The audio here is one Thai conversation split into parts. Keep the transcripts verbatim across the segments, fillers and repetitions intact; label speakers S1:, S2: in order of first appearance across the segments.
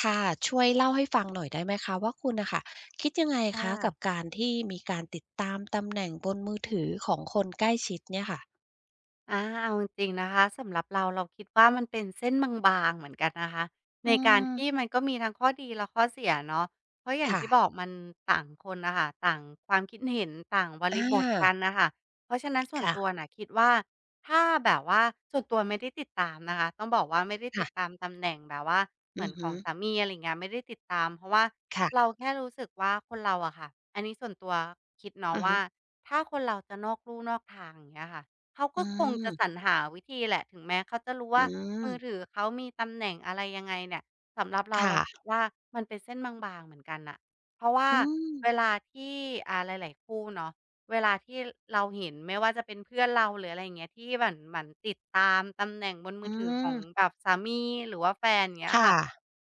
S1: ค่ะช่วยเล่าให้ฟังหน่อยได้ไหมคะว่าคุณน่ะค่ะคิดยังไง
S2: ค
S1: คะกับ
S2: ่ะ
S1: การที่มีการติดตามตำแหน่งบนมือถือของคนใกล้ชิดเนี่ยค่ะ
S2: อ่า เอาจริงๆนะคะสำหรับเราเราคิดว่ามันเป็นเส้นบางๆเหมือนกันนะคะใน
S1: อื
S2: การ
S1: ม
S2: ที่มันก็มีทั้งข้อดีและข้อเสียเนาะเพราะอย่าง
S1: ค่ะ
S2: ที่บอกมันต่างคนน่ะค่ะต่างความคิดเห็นต่างบริ
S1: อา
S2: บทกันน่ะค่ะเพราะฉะนั้นส่วน
S1: ค่ะ
S2: ตัวน่ะคิดว่าถ้าแบบว่าส่วนตัวไม่ได้ติดตามนะคะต้องบอกว่าไม่ได้ติดตา
S1: ค่ะ
S2: มตำแหน่งแบบว่าเห
S1: อื
S2: มือ
S1: อ
S2: นข
S1: ฮึ
S2: องสามีอะไรอย่างเงี้ยไม่ได้ติดตามเพราะว่าเรา
S1: ค่ะ
S2: แค่รู้สึกว่าคนเราอะค่ะอันนี้ส่วนตัวคิดเนาะ
S1: อือฮึ
S2: ว่าถ้าคนเราจะนอกลู่นอกทางอย่างเงี้ยค่ะ เขา
S1: อื
S2: ก็คงจะสรร
S1: ม
S2: หาวิธีแหละถึงแม้เขาจะรู้
S1: อื
S2: ว่ามื
S1: ม
S2: อถือเขามีตำแหน่งอะไรยังไงเนี่ยสำหรับเรา
S1: ค่ะ
S2: เราคิดว่ามันเป็นเส้นบางๆเหมือนกันน่ะเพราะว่า
S1: อืม
S2: เวลาที่อ่าหลายๆคู่เนาะเวลาที่เราเห็นไม่ว่าจะเป็นเพื่อนเราหรืออะไรอย่างเงี้ยที่แบบหมั่นติดตามตำแหน่งบนมื
S1: อื
S2: อถือขอ
S1: ม
S2: งแบบสามีหรือว่าแฟนอย่างเงี้ย
S1: ค่ะ
S2: ค่ะ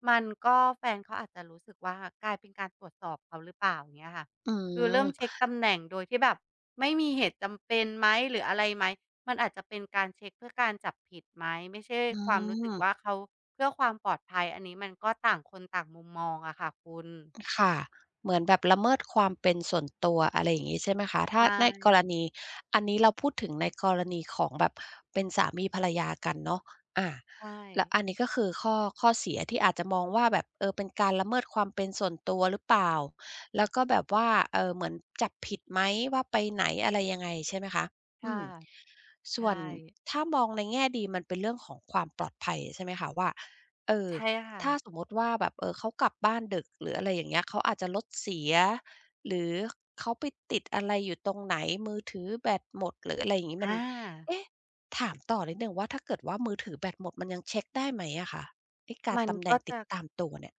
S2: มันก็แฟนเขาอาจจะรู้สึกว่ากลายเป็นการตรวจสอบเขาหรือเปล่าอย่างเงี้ยค่ะ
S1: อื
S2: คือเริ่มเช็
S1: ม
S2: กตำแหน่งโดยที่แบบไม่มีเหตุจำเป็นไหมหรืออะไรไหมมันอาจจะเป็นการเช็กเพื่อการจับผิดไหมไม่ใช่
S1: อื
S2: ความรู้สึกว่า
S1: ม
S2: เขาเพื่อความปลอดภัยอันนี้มันก็ต่างคนต่างมุมมองอะค่ะคุณ
S1: ค่ะเหมือนแบบละเมิดความเป็นส่วนตัวอะไรอย่างงี้ใช่ไหมคะ
S2: ใช
S1: ถ้าในกร
S2: ่
S1: ณีอันนี้เราพูดถึงในกรณีของแบบเป็นสามีภรรยากันเนาะอา
S2: ใช่
S1: แล้วอันนี้ก็คือข้อข้อเสียที่อาจจะมองว่าแบบเออเป็นการละเมิดความเป็นส่วนตัวหรือเปล่าแล้วก็แบบว่าเอ่อเหมือนจับผิดไหมว่าไปไหนอะไรยังไงใช่ไหมคะอื
S2: ค่ะ
S1: ม ส่
S2: ใช่
S1: วนถ้ามองในแง่ดีมันเป็นเรื่องของความปลอดภัยใช่ไหมคะว่าเออ
S2: ใช่ค่ะ
S1: ถ้าสมมติว่าแบบเออเขากลับบ้านดึกหรืออะไรอย่างเงี้ยเขาอาจจะรถเสียหรือเขาไปติดอะไรอยู่ตรงไหนมือถือแบตหมดหรืออะไรอย่างงี้มัน
S2: อา
S1: เอ๊ะถามต่อนิดหนึ่งว่าถ้าเกิดว่ามือถือแบตหมดมันยังเช็กได้ไหมอะคะไอ้การ
S2: มัน
S1: ตำแห
S2: ก็
S1: น่งติ
S2: จะ
S1: ดตามตัวเนี่ย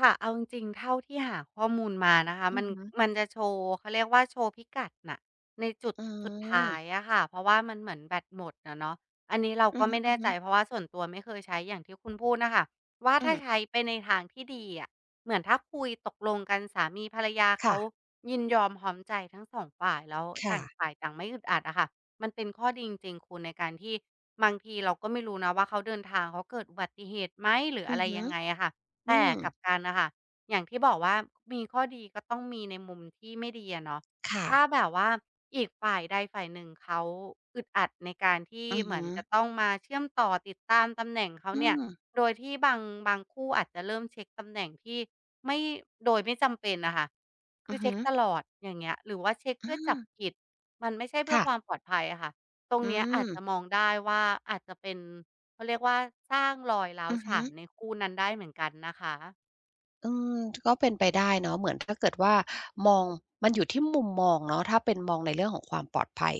S2: ค่ะเอาจริงๆเท่าที่หาข้อมูลมานะคะ
S1: อื
S2: มั
S1: อ
S2: น
S1: ฮึ
S2: มันจะโชว์เขาเรียกว่าโชว์พิกัดน่ะในจุด
S1: อื
S2: สุดท้าย
S1: ม
S2: อะค่ะเพราะว่ามันเหมือนแบตหมดนะเนาะอันนี้เรา
S1: อื
S2: ก็
S1: อ
S2: ไม่แน่ใจ
S1: ฮึ
S2: เพราะ
S1: ๆ
S2: ว่าส่วนตัวไม่เคยใช้อย่างที่คุณพูดนะคะว่า
S1: อื
S2: ถ้า
S1: ม
S2: ใช้ไปในทางที่ดีอะเหมือนถ้าคุยตกลงกันสามีภรรยาเขา
S1: ค่ะ
S2: ยินยอมหอมใจทั้งสองฝ่ายแล้ว
S1: คะ
S2: ต่างฝ่ายต่างไม่อึดอัดอะค่ะมันเป็นข้อดีจริงๆคุณในการที่บางทีเราก็ไม่รู้นะว่าเขาเดินทางเขาเกิดอุบัติเหตุไหมหรือ
S1: อื
S2: อะ
S1: อ
S2: ไร
S1: ฮึ
S2: ยังไงอะค่ะ
S1: อื
S2: แต่
S1: ม
S2: กลับกันนะค่ะอย่างที่บอกว่ามีข้อดีก็ต้องมีในมุมที่ไม่ดีอะเนาะ
S1: ค่ะ
S2: ถ้าแบบว่าอีกฝ่ายใดฝ่ายหนึ่งเขาอึดอัดในการที่
S1: อือ
S2: เหมือ
S1: ฮึ
S2: นจะต้องมาเชื่อมต่อติดตามตำแหน่งเขา
S1: อื
S2: เนี่ย
S1: ม
S2: โดยที่บางบางคู่อาจจะเริ่มเช็กตำแหน่งที่ไม่โดยไม่จำเป็นน่ะค่ะคื
S1: อื
S2: อ
S1: อ
S2: เช็
S1: ฮึ
S2: กตลอดอย่างเงี้ยหรือว่าเช็ก
S1: อ
S2: เพื่อจับ
S1: า
S2: ผิดมันไม่ใช่เพื่อ
S1: ค่ะ
S2: ความปลอดภัยอะค่ะตรง
S1: อื
S2: เนี้ยอาจ
S1: ม
S2: จะมองได้ว่าอาจจะเป็น เขาเรียกว่าสร้างรอยร้าว
S1: อือฮึ
S2: ฉานในคู่นั้นได้เหมือนกันนะคะ
S1: อืมก็เป็นไปได้เนาะเหมือนถ้าเกิดว่ามองมันอยู่ที่มุมมองเนาะถ้าเป็นมองในเรื่องของความปลอดภัย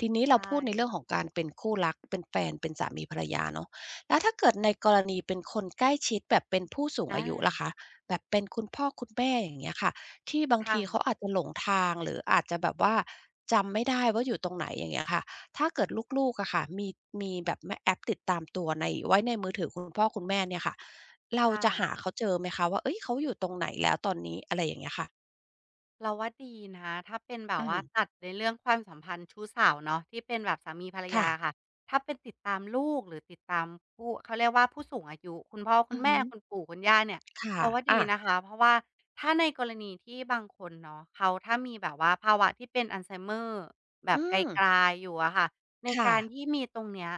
S1: ทีนี้
S2: ใช
S1: เรา
S2: ่
S1: พูดในเรื่องของการเป็นคู่รักเป็นแฟนเป็นสามีภรรยาเนาะแล้วถ้าเกิดในกรณีเป็นคนใกล้ชิดแบบเป็นผู้สูง
S2: อา
S1: อายุล่ะคะแบบเป็นคุณพ่อคุณแม่อย่างเงี้ยค่ะที่บาง
S2: ค่ะ
S1: ทีเขาอาจจะหลงทางหรืออาจจะแบบว่าจำไม่ได้ว่าอยู่ตรงไหนอย่างเงี้ยค่ะถ้าเกิดลูกๆอะค่ะมีมีแบบแม่แอปติดตามตัวในไว้ในมือถือคุณพ่อคุณแม่เนี่ยค่ะ เรา
S2: ค่ะ
S1: จะหาเขาเจอไหมคะว่าเฮ้ยเขาอยู่ตรงไหนแล้วตอนนี้อะไรอย่างเงี้ยค่ะ
S2: เราว่าดีนะถ้าเป็นแบบ
S1: อื
S2: ว่า
S1: ม
S2: ตัดในเรื่องความสัมพันธ์ชู้สาวเนาะที่เป็นแบบสามีภรร
S1: ค่ะ
S2: ยาค่ะถ้าเป็นติดตามลูกหรือติดตามผู้เขาเรียกว่าผู้สูงอายุคุณพ่อคุ
S1: อื
S2: ณ
S1: อ
S2: แม่
S1: ฮึ
S2: คุณปู่คุณย่าเนี่ย
S1: ค่ะ
S2: เราว่าดี
S1: อา
S2: นะคะเพราะว่าถ้าในกรณีที่บางคนเนาะเขาถ้ามีแบบว่าภาวะที่เป็นอัลไซเมอร์แบ
S1: อื
S2: บไก
S1: ม
S2: ลๆอยู่อะค่ะใน
S1: ค่ะ
S2: การที่มีตรงเนี้ย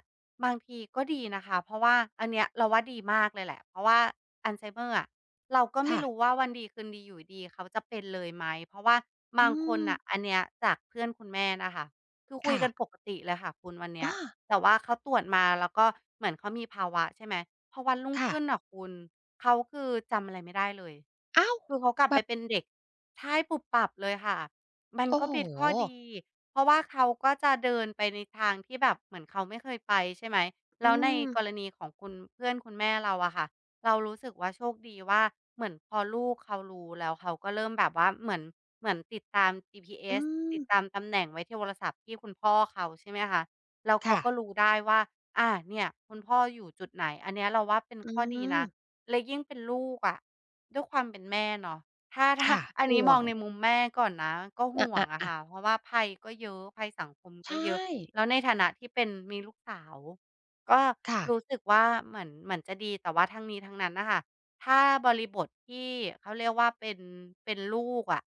S2: บางทีก็ดีนะคะเพราะว่าอันเนี้ยเราว่าดีมากเลยแหละเพราะว่าอัลไซเมอร์อะเราก็ไม่
S1: ค่ะ
S2: รู้ว่าวันดีคืนดีอยู่ดีเขาจะเป็นเลยไหมเพราะว่าบา
S1: อื
S2: งคน
S1: ม
S2: น่ะอันเนี้ยจากเพื่อนคุณแม่นะคะคือคุย
S1: ค่ะ
S2: กันปกติเลยค่ะคุณวันเนี้ย
S1: อา
S2: แต่ว่าเขาตรวจมาแล้วก็เหมือนเขามีภาวะใช่ไหมพอวันรุ่ง
S1: ค่ะ
S2: ขึ้นน่ะคุณเขาคือจำอะไรไม่ได้เลย
S1: อ้าว
S2: คือเขากลับ
S1: แบ
S2: ไป
S1: บ
S2: เป็นเด็กใช่ปุบปับเลยค่ะ มัน
S1: โอ้
S2: ก็
S1: โฮ
S2: เป็นข้อดีเพราะว่าเขาก็จะเดินไปในทางที่แบบเหมือนเขาไม่เคยไปใช่ไหม
S1: อื
S2: แล้วใน
S1: ม
S2: กรณีของคุณเพื่อนคุณแม่เราอะค่ะเรารู้สึกว่าโชคดีว่าเหมือนพอลูกเขารู้แล้วเขาก็เริ่มแบบว่าเหมือนเหมือนติดตาม
S1: อื
S2: จี พี เอส
S1: ม
S2: ติดตามตำแหน่งไว้ที่โทรศัพท์ที่คุณพ่อเขาใช่ไหมคะแล้วเขา
S1: ค่ะ
S2: ก็รู้ได้ว่าอาเนี่ยคุณพ่ออยู่จุดไหนอันเนี้ยเราว่าเป็น
S1: อื
S2: ข้อดีนะ
S1: ม
S2: และยิ่งเป็นลูกอะด้วยความเป็นแม่เนาะ ถ้าถ้า
S1: ค่ะ
S2: อันนี้
S1: ห่
S2: ม
S1: ว
S2: อง
S1: ง
S2: ในมุมแม่ก่อนนะก็
S1: อ
S2: ห่วง
S1: า
S2: อะ
S1: ๆๆ
S2: ค่ะเพราะว่าภัยก็เยอะภัยสังคมก็เย
S1: ใช่
S2: อะแล้วในฐานะที่เป็นมีลูกสาวก็
S1: ค่ะ
S2: รู้สึกว่าเหมือนเหมือนจะดีแต่ว่าทั้งนี้ทั้งนั้นน่ะค่ะถ้าบริบทที่เขาเรียกว่าเป็นเป็นลูกอะ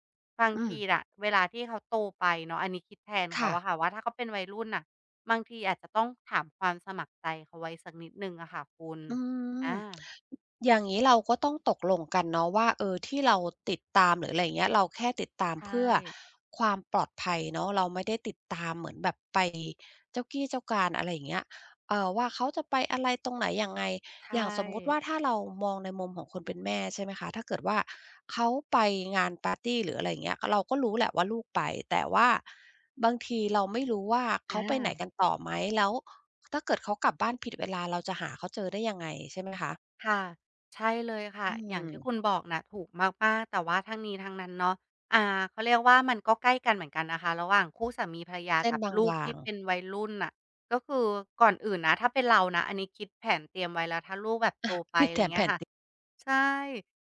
S2: บาง
S1: อืม
S2: ทีน่ะเวลาที่เขาโตไปเนาะอันนี้คิดแทนเขา
S1: ค่ะ
S2: อะค่ะว่าถ้าเขาเป็นวัยรุ่นน่ะบางทีอาจจะต้องถามความสมัครใจเขาไว้สักนิดหนึ่งอะค่ะคุณ
S1: อืม
S2: อา
S1: อย่างนี้เราก็ต้องตกลงกันเนาะว่าเออที่เราติดตามหรืออะไรอย่างเงี้ยเราแค่ติดตาม
S2: ใช่
S1: เพื่อความปลอดภัยเนาะเราไม่ได้ติดตามเหมือนแบบไปเจ้ากี้เจ้าการอะไรอย่างเงี้ยเอ่อว่าเขาจะไปอะไรตรงไหนยังไง อย่าง
S2: ใช่
S1: สมมุติว่าถ้าเรามองในมุมของคนเป็นแม่ใช่ไหมคะถ้าเกิดว่าเขาไปงานปาร์ตี้หรืออะไรอย่างเงี้ยเราก็รู้แหละว่าลูกไปแต่ว่าบางทีเราไม่รู้ว่า
S2: อ
S1: เขาไปไหนกัน
S2: า
S1: ต่อไหมแล้วถ้าเกิดเขากลับบ้านผิดเวลาเราจะหาเขาเจอได้ยังไงใช่ไหมคะ
S2: ค่ะใช่เลยค่ะ
S1: อื
S2: อย่าง
S1: ม
S2: ที่คุณบอกนะถูกมากๆแต่ว่าทั้งนี้ทั้งนั้นเนาะอ่าเขาเรียกว่ามันก็ใกล้กันเหมือนกันนะคะระหว่างคู่สามีภรรยา
S1: เส้น
S2: กับ
S1: บ
S2: ลูก
S1: า
S2: ที่
S1: ง
S2: เป็น
S1: ๆ
S2: วัยรุ่นน่ะก็คือก่อนอื่นนะถ้าเป็นเรานะอันนี้คิดแผนเตรียมไว้แล้วถ้าลูกแบบโตไปอะไรเงี้ยค่ะ ใช่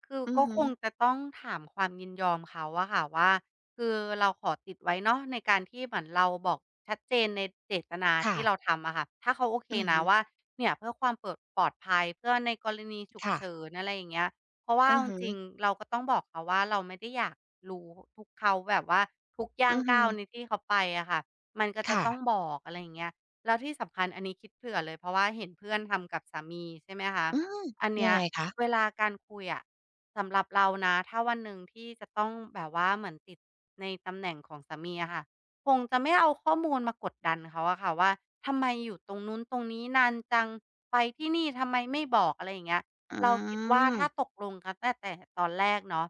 S2: คือ
S1: อือ
S2: ก็
S1: ฮึ
S2: คงจะต้องถามความยินยอมเขาอะค่ะว่าคือเราขอติดไว้เนาะในการที่เหมือนเราบอกชัดเจนในเจตนา
S1: ค่ะ
S2: ที่เราทำอะค่ะถ้าเขาโอเค
S1: อือ
S2: นะ
S1: ฮึ
S2: ว่าเนี่ยเพื่อความเปิดปลอดภัยเพื่อในกรณีฉุก
S1: ค่ะ
S2: เฉินอะไรอย่างเงี้ยเพราะว่า
S1: อื
S2: เอา
S1: อ
S2: จ
S1: ฮึ
S2: ริงๆเราก็ต้องบอกเขาว่าเราไม่ได้อยากรู้ทุกเขาแบบว่าทุกย่า
S1: อื
S2: ง
S1: อฮึ
S2: ก้าวในที่เขาไปอะค่ะมันก็จะ
S1: ค่ะ
S2: ต้องบอกอะไรอย่างเงี้ยแล้วที่สำคัญอันนี้คิดเผื่อเลยเพราะว่าเห็นเพื่อนทำกับสามีใช่ไหมคะ
S1: อืม
S2: อัน
S1: ยั
S2: เนี้
S1: ง
S2: ย
S1: ไงคะ
S2: เวลาการคุยอะสำหรับเรานะถ้าวันหนึ่งที่จะต้องแบบว่าเหมือนติดในตำแหน่งของสามีอะค่ะคงจะไม่เอาข้อมูลมากดดันเขาอะค่ะว่าทำไมอยู่ตรงนู้นตรงนี้นานจังไปที่นี่ทำไมไม่บอกอะไรอย่างเงี้ย
S1: อื
S2: เราคิดว่าถ้าต
S1: ม
S2: กลงกันตั้งแต่ตอนแรกเนาะ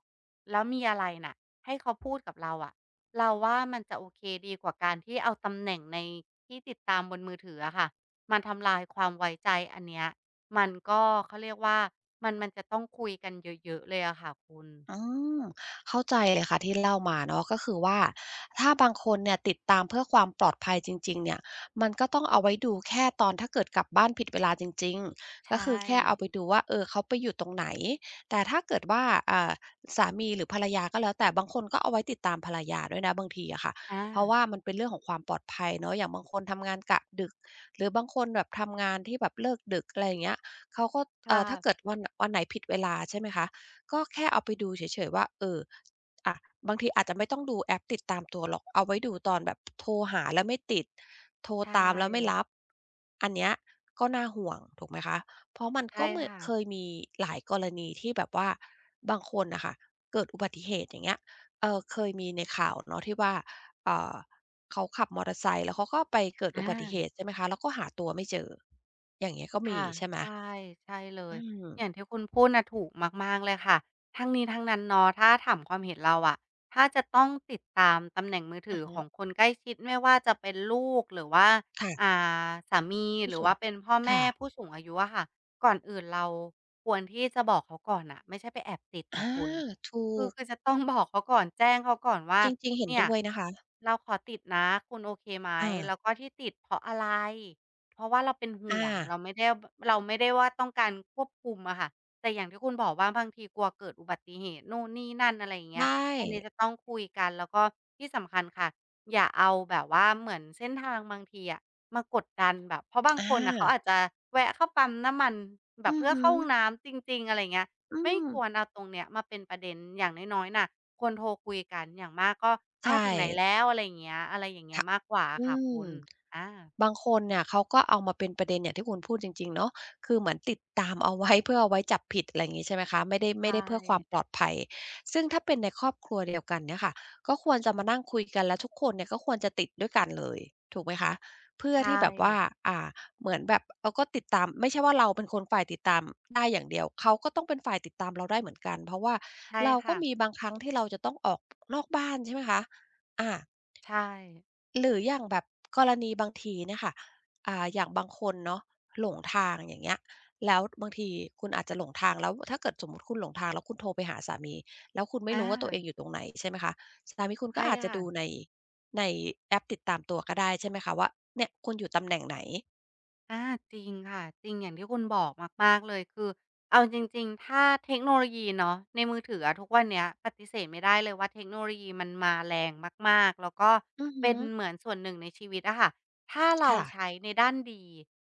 S2: แล้วมีอะไรน่ะให้เขาพูดกับเราอะเราว่ามันจะโอเคดีกว่าการที่เอาตำแหน่งในที่ติดตามบนมือถืออะค่ะมาทำลายความไว้ใจอันเนี้ย มันก็เขาเรียกว่ามันมันจะต้องคุยกันเยอะๆเลยอะค่ะคุณ
S1: อืมเข้าใจเลยค่ะที่เล่ามาเนาะก็คือว่าถ้าบางคนเนี่ยติดตามเพื่อความปลอดภัยจริงๆเนี่ยมันก็ต้องเอาไว้ดูแค่ตอนถ้าเกิดกลับบ้านผิดเวลาจริงๆก็
S2: ใช่
S1: คือแค่เอาไปดูว่าเออเขาไปอยู่ตรงไหนแต่ถ้าเกิดว่าอ่าสามีหรือภรรยาก็แล้วแต่บางคนก็เอาไว้ติดตามภรรยาด้วยนะบางทีอะค่ะ
S2: อา
S1: เพราะว่ามันเป็นเรื่องของความปลอดภัยเนาะอย่างบางคนทำงานกะดึกหรือบางคนแบบทำงานที่แบบเลิกดึกอะไรอย่างเงี้ยเขาก็เอ่
S2: ค่ะ
S1: อถ้าเกิดวันวันไหนผิดเวลาใช่ไหมคะ ก็แค่เอาไปดูเฉยๆว่าเอออะบางทีอาจจะไม่ต้องดูแอปติดตามตัวหรอกเอาไว้ดูตอนแบบโทรหาแล้วไม่ติดโทร
S2: ใช
S1: ตามแล้วไม่
S2: ่
S1: รับอันเนี้ยก็น่าห่วงถูกไหมคะเพราะมัน
S2: ใช่
S1: ก็เหมือน
S2: ค่ะ
S1: เคยมีหลายกรณีที่แบบว่าบางคนน่ะค่ะเกิดอุบัติเหตุอย่างเงี้ยเอ่อเคยมีในข่าวเนาะที่ว่าเอ่อเขาขับมอเตอร์ไซค์แล้วเขาก็ไปเกิดอุ
S2: อา
S1: บัติเหตุใช่ไหมคะแล้วก็หาตัวไม่เจออย่างเงี้ยก็มี
S2: ค่ะ
S1: ใช่ไหม
S2: ใช่ใช่เล
S1: อื
S2: ย
S1: ม
S2: อย่างที่คุณพูดน่ะถูกมากๆเลยค่ะทั้งนี้ทั้งนั้นเนาะถ้าถามความเห็นเราอะถ้าจะต้องติดตามตำแหน่งมือ
S1: อื
S2: ถื
S1: อ
S2: อ
S1: ฮึ
S2: ของคนใกล้ชิดไม่ว่าจะเป็นลูกหรือว่าอ่า
S1: ค่ะ
S2: สามีห
S1: ผู้
S2: รือ
S1: สูง
S2: ว่าเป็นพ่อแม่
S1: ค่ะ
S2: ผู้สูงอายุอะค่ะก่อนอื่นเราควรที่จะบอกเขาก่อนน่ะไม่ใช่ไปแอบติดอะ
S1: อา
S2: คุณ
S1: ถู
S2: คือ
S1: ก
S2: คือจะต้องบอกเขาก่อนแจ้งเขาก่อนว่า
S1: จริงๆเห็น
S2: เนี่ย
S1: ด้วยนะคะ
S2: เราขอติดนะคุณโอเคไหม
S1: อา
S2: แล้วก็ที่ติดเพราะอะไร เพราะว่าเราเป็น
S1: อา
S2: ห่วงเราไม่ได้เราไม่ได้ว่าต้องการควบคุมอะค่ะแต่อย่างที่คุณบอกว่าบางทีกลัวเกิดอุบัติเหตุนู่นนี่นั่นอะไรอย่างเงี้ย
S1: ใช่
S2: อันนี้จะต้องคุยกันแล้วก็ที่สำคัญค่ะอย่าเอาแบบว่าเหมือนเส้นทางบางทีอะมากดดันแบบเพราะบาง
S1: อา
S2: คนน่ะเขาอาจจะแวะเข้าปั๊มน้ำมันแบบ
S1: อือ
S2: เพื่อ
S1: ฮึ
S2: เข้าห้องน้ำจริงๆอะไรอย่างเงี้ย
S1: อื
S2: ไม่
S1: ม
S2: ควรเอาตรงเนี้ยมาเป็นประเด็นอย่างน้อยๆน่ะควรโทรคุยกันอย่างมากก็อา
S1: ใช่
S2: ถึงไหนแล้วอะไรอย่างเงี้ยอะไรอย่างเงี้ย
S1: ทะ
S2: มากกว่าอะ
S1: อื
S2: ค่ะคุ
S1: ม
S2: ณอา
S1: บางคนเนี่ยเขาก็เอามาเป็นประเด็นอย่างที่คุณพูดจริงๆเนาะคือเหมือนติดตามเอาไว้ เพื่อเอาไว้จับผิดอะไรอย่างงี้ใช่ไหมคะไม่ได้ไม่
S2: ใช่
S1: ได้เพื่อความปลอดภัยซึ่งถ้าเป็นในครอบครัวเดียวกันเนี่ยค่ะก็ควรจะมานั่งคุยกันแล้วทุกคนเนี่ยก็ควรจะติดด้วยกันเลยถูกไหมคะเพื่
S2: ใช
S1: อที่
S2: ่
S1: แบบว่าอ่าเหมือนแบบเราก็ติดตามไม่ใช่ว่าเราเป็นคนฝ่ายติดตามได้อย่างเดียวเขาก็ต้องเป็นฝ่ายติดตามเราได้เหมือนกันเพราะว่า
S2: ใช่
S1: เราก็
S2: ค่ะ
S1: มีบางครั้งที่เราจะต้องออกนอกบ้านใช่ไหมคะอา
S2: ใช่
S1: หรืออย่างแบบกรณีบางทีเนี่ยค่ะอ่าอย่างบางคนเนาะหลงทางอย่างเงี้ย แล้วบางทีคุณอาจจะหลงทางแล้วถ้าเกิดสมมุติคุณหลงทางแล้วคุณโทรไปหาสามีแล้วคุณไม่
S2: อา
S1: รู้ว่าตัวเองอยู่ตรงไหนใช่ไหมคะสามีคุณก็
S2: ใช่
S1: อาจจะ
S2: ค่ะ
S1: ดูในในแอปติดตามตัวก็ได้ใช่ไหมคะว่าเนี่ยคุณอยู่ตำแหน่งไหน
S2: อาจริงค่ะจริงอย่างที่คุณบอกมากๆเลยคือเอาจริงๆถ้าเทคโนโลยีเนาะในมือถืออะทุกวันเนี้ยปฏิเสธไม่ได้เลยว่าเทคโนโลยีมันมาแรงมากๆแล้วก็
S1: อือฮึ
S2: เป็นเหมือนส่วนหนึ่งในชีวิตอะค่ะถ้าเรา
S1: ค่ะ
S2: ใช้ในด้านดี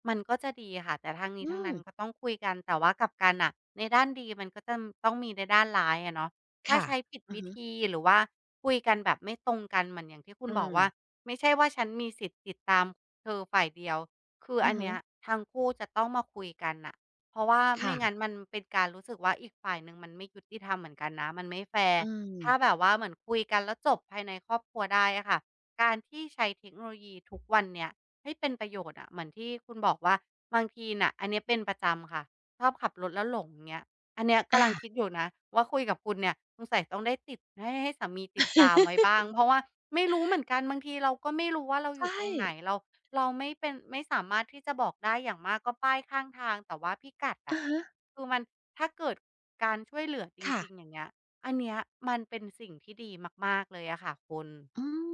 S2: มันก็จะดีค่ะแต่ทั้งนี้
S1: อื
S2: ทั้ง
S1: ม
S2: นั้นก็ต้องคุยกันแต่ว่ากลับกันอะในด้านดีมันก็จะต้องมีในด้านร้ายอะเนาะถ้า
S1: ค่ะ
S2: ใช้ผิด
S1: อือ
S2: วิ
S1: ฮึ
S2: ธีหรือว่าคุยกันแบบไม่ตรงกันเหมือนอย่างที่คุณ
S1: อื
S2: บอก
S1: ม
S2: ว่าไม่ใช่ว่าฉันมีสิทธิ์ติดตามเธอฝ่ายเดียว คือ
S1: อื
S2: อั
S1: อ
S2: น
S1: ฮึ
S2: เนี้ยทั้งคู่จะต้องมาคุยกันน่ะเพราะว่าไม่
S1: ค่ะ
S2: งั้นมันเป็นการรู้สึกว่าอีกฝ่ายหนึ่งมันไม่ยุติธรรมเหมือนกันนะ มันไม่แฟร์
S1: อืม
S2: ถ้าแบบว่าเหมือนคุยกันแล้วจบภายในครอบครัวได้อะค่ะการที่ใช้เทคโนโลยีทุกวันเนี่ยให้เป็นประโยชน์อะเหมือนที่คุณบอกว่าบางทีน่ะอันเนี้ยเป็นประจำค่ะชอบขับรถแล้วหลงเงี้ยอันเนี้ยกำ
S1: อา
S2: ลังคิดอยู่นะว่าคุยกับคุณเนี่ยสงสัยต้องได้ติดให้ให้สามีติดตามไว้บ้างเพราะว่าไม่รู้เหมือนกันบางทีเราก็ไม่รู้ว่าเราอ
S1: ใช่
S2: ยู่ตรงไหนเรา เราไม่เป็นไม่สามารถที่จะบอกได้อย่างมากก็ป้ายข้างทางแต่ว่าพิกัดอะ
S1: อะฮะ
S2: คือมันถ้าเกิดการช่วยเหลือจ
S1: ค่ะ
S2: ริงๆอย่างเงี้ยอันเนี้ยมันเป็นสิ่งที่ดีมากๆเลยอะค่ะคุณ
S1: อืม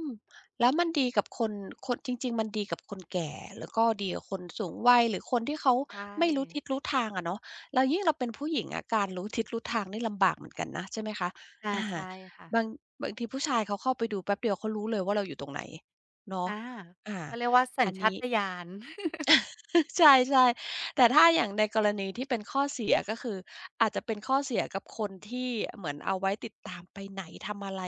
S1: แล้วมันดีกับคนคนจริงๆมันดีกับคนแก่แล้วก็ดีกับคนสูงวัยหรือคนที่เขา
S2: ใช่
S1: ไม่รู้ทิศรู้ทางอะเนาะแล้วยิ่งเราเป็นผู้หญิงอะการรู้ทิศรู้ทางนี่ลำบากเหมือนกันนะใช่ไหมคะ
S2: อา
S1: อา
S2: ใช่ค่ะ
S1: บางบางทีผู้ชายเขาเข้าไปดูแป๊บเดียวเขารู้เลยว่าเราอยู่ตรงไหนเนาะ
S2: อา
S1: อา
S2: เขาเรียกว่าสัญ
S1: อัน
S2: ชา
S1: นี้
S2: ตญาณ
S1: ใช่ใช่แต่ถ้าอย่างในกรณีที่เป็นข้อเสียก็คืออาจจะเป็นข้อเสียกับคนที่เหมือนเอาไว้ติดตามไปไหนทำอะไร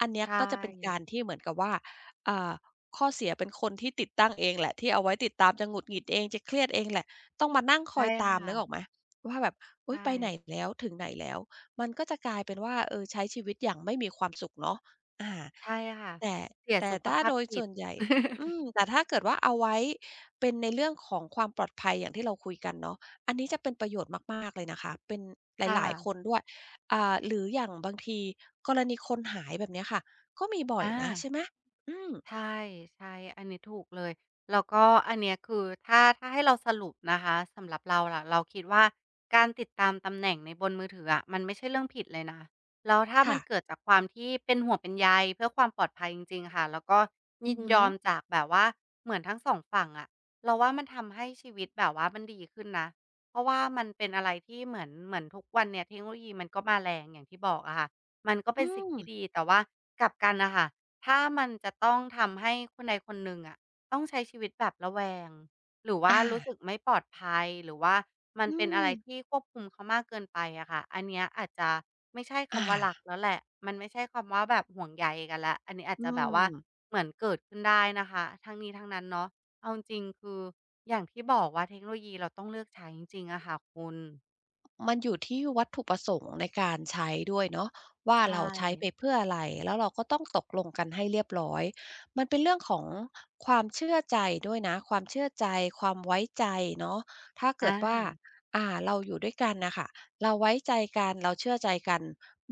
S1: อันเนี้ย
S2: ใช่
S1: ก็จะเป็นการที่เหมือนกับว่าเอ่าข้อเสียเป็นคนที่ติดตั้งเองแหละที่เอาไว้ติดตามจะหงุดหงิดเองจะเครียดเองแหละต้องมานั่งคอ
S2: ใช่
S1: ยตามนึกออก
S2: ค่ะ
S1: ไหมว่าแบบอุย
S2: ใช่
S1: ไปไหนแล้วถึงไหนแล้วมันก็จะกลายเป็นว่าเออใช้ชีวิตอย่างไม่มีความสุขเนาะอา
S2: ใช่ค่ะ
S1: แต่
S2: เสีย
S1: แต่
S2: สุข
S1: ถ้า
S2: ภาพ
S1: โดย
S2: จิ
S1: ส่
S2: ต
S1: วนใหญ่อืมแต่ ถ้าเกิดว่าเอาไว้ เป็นในเรื่องของความปลอดภัยอย่างที่เราคุยกันเนาะอันนี้จะเป็นประโยชน์มากๆเลยนะคะ เป็นห
S2: ค
S1: ลายๆค
S2: ่ะ
S1: นด้วยอ่าหรืออย่างบางทีกรณีคนหายแบบเนี้ยค่ะ ก็มีบ่อย
S2: อา
S1: นะใช่ไหม อืม
S2: ใช่ใช่อันนี้ถูกเลยแล้วก็อันเนี้ยคือถ้าถ้าให้เราสรุปนะคะสำหรับเราล่ะเราคิดว่าการติดตามตำแหน่งในบนมือถืออะมันไม่ใช่เรื่องผิดเลยนะแล้วถ้ามั
S1: ค่ะ
S2: นเกิดจากความที่เป็นห่วงเป็นใยเพื่อความปลอดภัยจริงๆค่ะแล้วก็ยิ
S1: อื
S2: น
S1: อ
S2: ย
S1: ฮึ
S2: อมจากแบบว่าเหมือนทั้งสองฝั่งอะเราว่ามันทำให้ชีวิตแบบว่ามันดีขึ้นนะเพราะว่ามันเป็นอะไรที่เหมือนเหมือนทุกวันเนี้ยเทคโนโลยีมันก็มาแรงอย่างที่บอกอะค่ะมันก็เป็
S1: อื
S2: นสิ่ง
S1: ม
S2: ที่ดีแต่ว่ากลับกันน่ะค่ะ ถ้ามันจะต้องทำให้คนใดคนหนึ่งอะต้องใช้ชีวิตแบบระแวงหรือว่า
S1: อา
S2: รู้สึกไม่ปลอดภัยหรือว่ามัน
S1: อื
S2: เป็นอะ
S1: ม
S2: ไรที่ควบคุมเขามากเกินไปอะค่ะอันเนี้ยอาจจะไม่ใช่
S1: อา
S2: คำว่ารักแล้วแหละมันไม่ใช่คำว่าแบบห่วงใยกันแล้วอันนี้อาจ
S1: อื
S2: จะแบบว่า
S1: ม
S2: เหมือนเกิดขึ้นได้นะคะทั้งนี้ทั้งนั้นเนาะเอาจริงๆคืออย่างที่บอกว่าเทคโนโลยีเราต้องเลือกใช้จริงๆอะค่ะคุณ
S1: มันอยู่ที่วัตถุประสงค์ในการใช้ด้วยเนาะว่า
S2: ใช
S1: เรา
S2: ่
S1: ใช้ไปเพื่ออะไรแล้วเราก็ต้องตกลงกันให้เรียบร้อยมันเป็นเรื่องของความเชื่อใจด้วยนะความเชื่อใจความไว้ใจเนาะถ้า
S2: อ
S1: เกิดว่า
S2: า
S1: อ่าเราอยู่ด้วยกันนะคะเราไว้ใจกันเราเชื่อใจกัน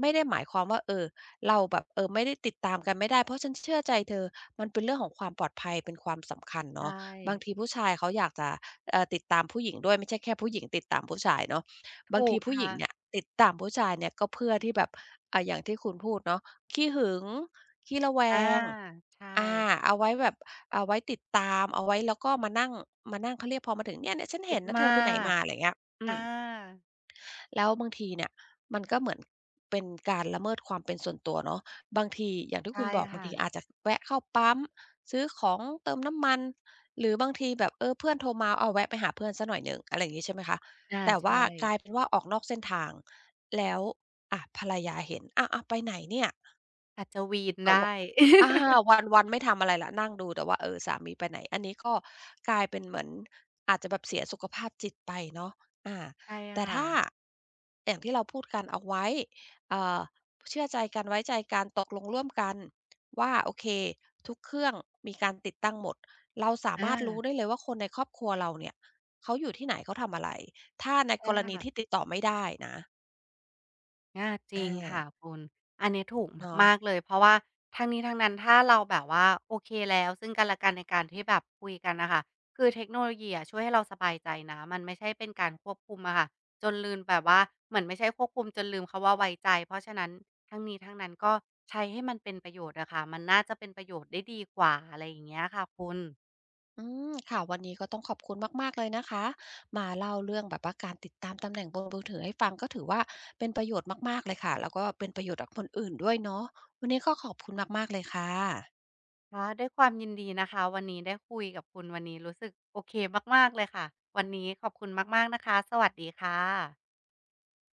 S1: ไม่ได้หมายความว่าเออเราแบบเออไม่ได้ติดตามกันไม่ได้เพราะฉันเชื่อใจเธอมันเป็นเรื่องของความปลอดภัยเป็นความสำคัญ
S2: ใช่
S1: เนาะบางทีผู้ชายเขาอยากจะเอ่อติดตามผู้หญิงด้วยไม่ใช่แค่ผู้หญิงติดตามผู้ชายเนาะ บาง
S2: ถูก
S1: ทีผู้ห
S2: ค่ะ
S1: ญิงเนี่ยติดตามผู้ชายเนี่ยก็เพื่อที่แบบอ่าอย่างที่คุณพูดเนาะขี้หึงขี้ระแว
S2: อา
S1: ง
S2: ใช่
S1: อาเอาไว้แบบเอาไว้ติดตามเอาไว้แล้วก็มานั่งมานั่งเขาเรียกพอมาถึงเนี่ยเนี่ยฉัน
S2: คิ
S1: เห็
S2: ด
S1: นนะเธ
S2: มา
S1: อไปไหน
S2: ก
S1: มาอะไรเงี้ยอื
S2: อา
S1: ม แล้วบางทีเนี่ยมันก็เหมือนเป็นการละเมิดความเป็นส่วนตัวเนาะบางทีอย่างที่
S2: ใช่
S1: คุณบอกบาง
S2: ค่ะ
S1: ทีอาจจะแวะเข้าปั๊มซื้อของเติมน้ำมันหรือบางทีแบบเออเพื่อนโทรมาเอาแวะไปหาเพื่อนเสียหน่อยหนึ่งอะไรอย่างงี้ใช่ไหมคะ
S2: อา
S1: แต่ว่า
S2: ใช่
S1: กลายเป็นว่าออกนอกเส้นทางแล้วอะภรรยาเห็นอ้าวๆไปไหนเนี่ย
S2: อาจจะวีน
S1: แบบ
S2: ได้
S1: ว่าอา วันๆไม่ทำอะไรแล้วนั่งดูแต่ว่าเออสามีไปไหนอันนี้ก็กลายเป็นเหมือนอาจจะแบบเสียสุขภาพจิตไปเนาะอา
S2: ใช่
S1: แต่
S2: ค่ะ
S1: ถ้าอย่างที่เราพูดกันเอาไว้เอ่อเชื่อใจกันไว้ใจกันตกลงร่วมกันว่าโอเคทุกเครื่องมีการติดตั้งหมดเราสา
S2: อา
S1: มารถรู้ได้เลยว่าคนในครอบครัวเราเนี่ยเขาอยู่ที่ไหนเขาทำอะไรถ้าใน
S2: ใช่
S1: กรณี
S2: ค่ะ
S1: ที่ติดต่อไม่ได้นะ
S2: อาจริงค่ะ
S1: อา
S2: คุณอันนี้ถูก
S1: เนาะ
S2: มากๆเลยเพราะว่าทั้งนี้ทั้งนั้นถ้าเราแบบว่าโอเคแล้วซึ่งกันและกันในการที่แบบคุยกันน่ะค่ะคือเทคโนโลยีอะช่วยให้เราสบายใจนะมันไม่ใช่เป็นการควบคุมอะค่ะจนลืมแบบว่าเหมือนไม่ใช่ควบคุมจนลืมคำว่าไว้ใจเพราะฉะนั้นทั้งนี้ทั้งนั้นก็ใช้ให้มันเป็นประโยชน์อะค่ะมันน่าจะเป็นประโยชน์ได้ดีกว่าอะไรอย่างเงี้ยค่ะคุณ
S1: อืมค่ะวันนี้ก็ต้องขอบคุณมากๆเลยนะคะมาเล่าเรื่องแบบว่าการติดตามตำแหน่งบนมือถือให้ฟังก็ถือว่าเป็นประโยชน์มากๆเลยค่ะแล้วก็เป็นประโยชน์กับคนอื่นด้วยเนาะวันนี้ก็ขอบคุณมากๆเลยค่ะ
S2: ค่ะด้วยความยินดีนะคะวันนี้ได้คุยกับคุณวันนี้รู้สึกโอเคมากๆเลยค่ะวันนี้ขอบคุณมากๆนะคะสวัสดีค่ะ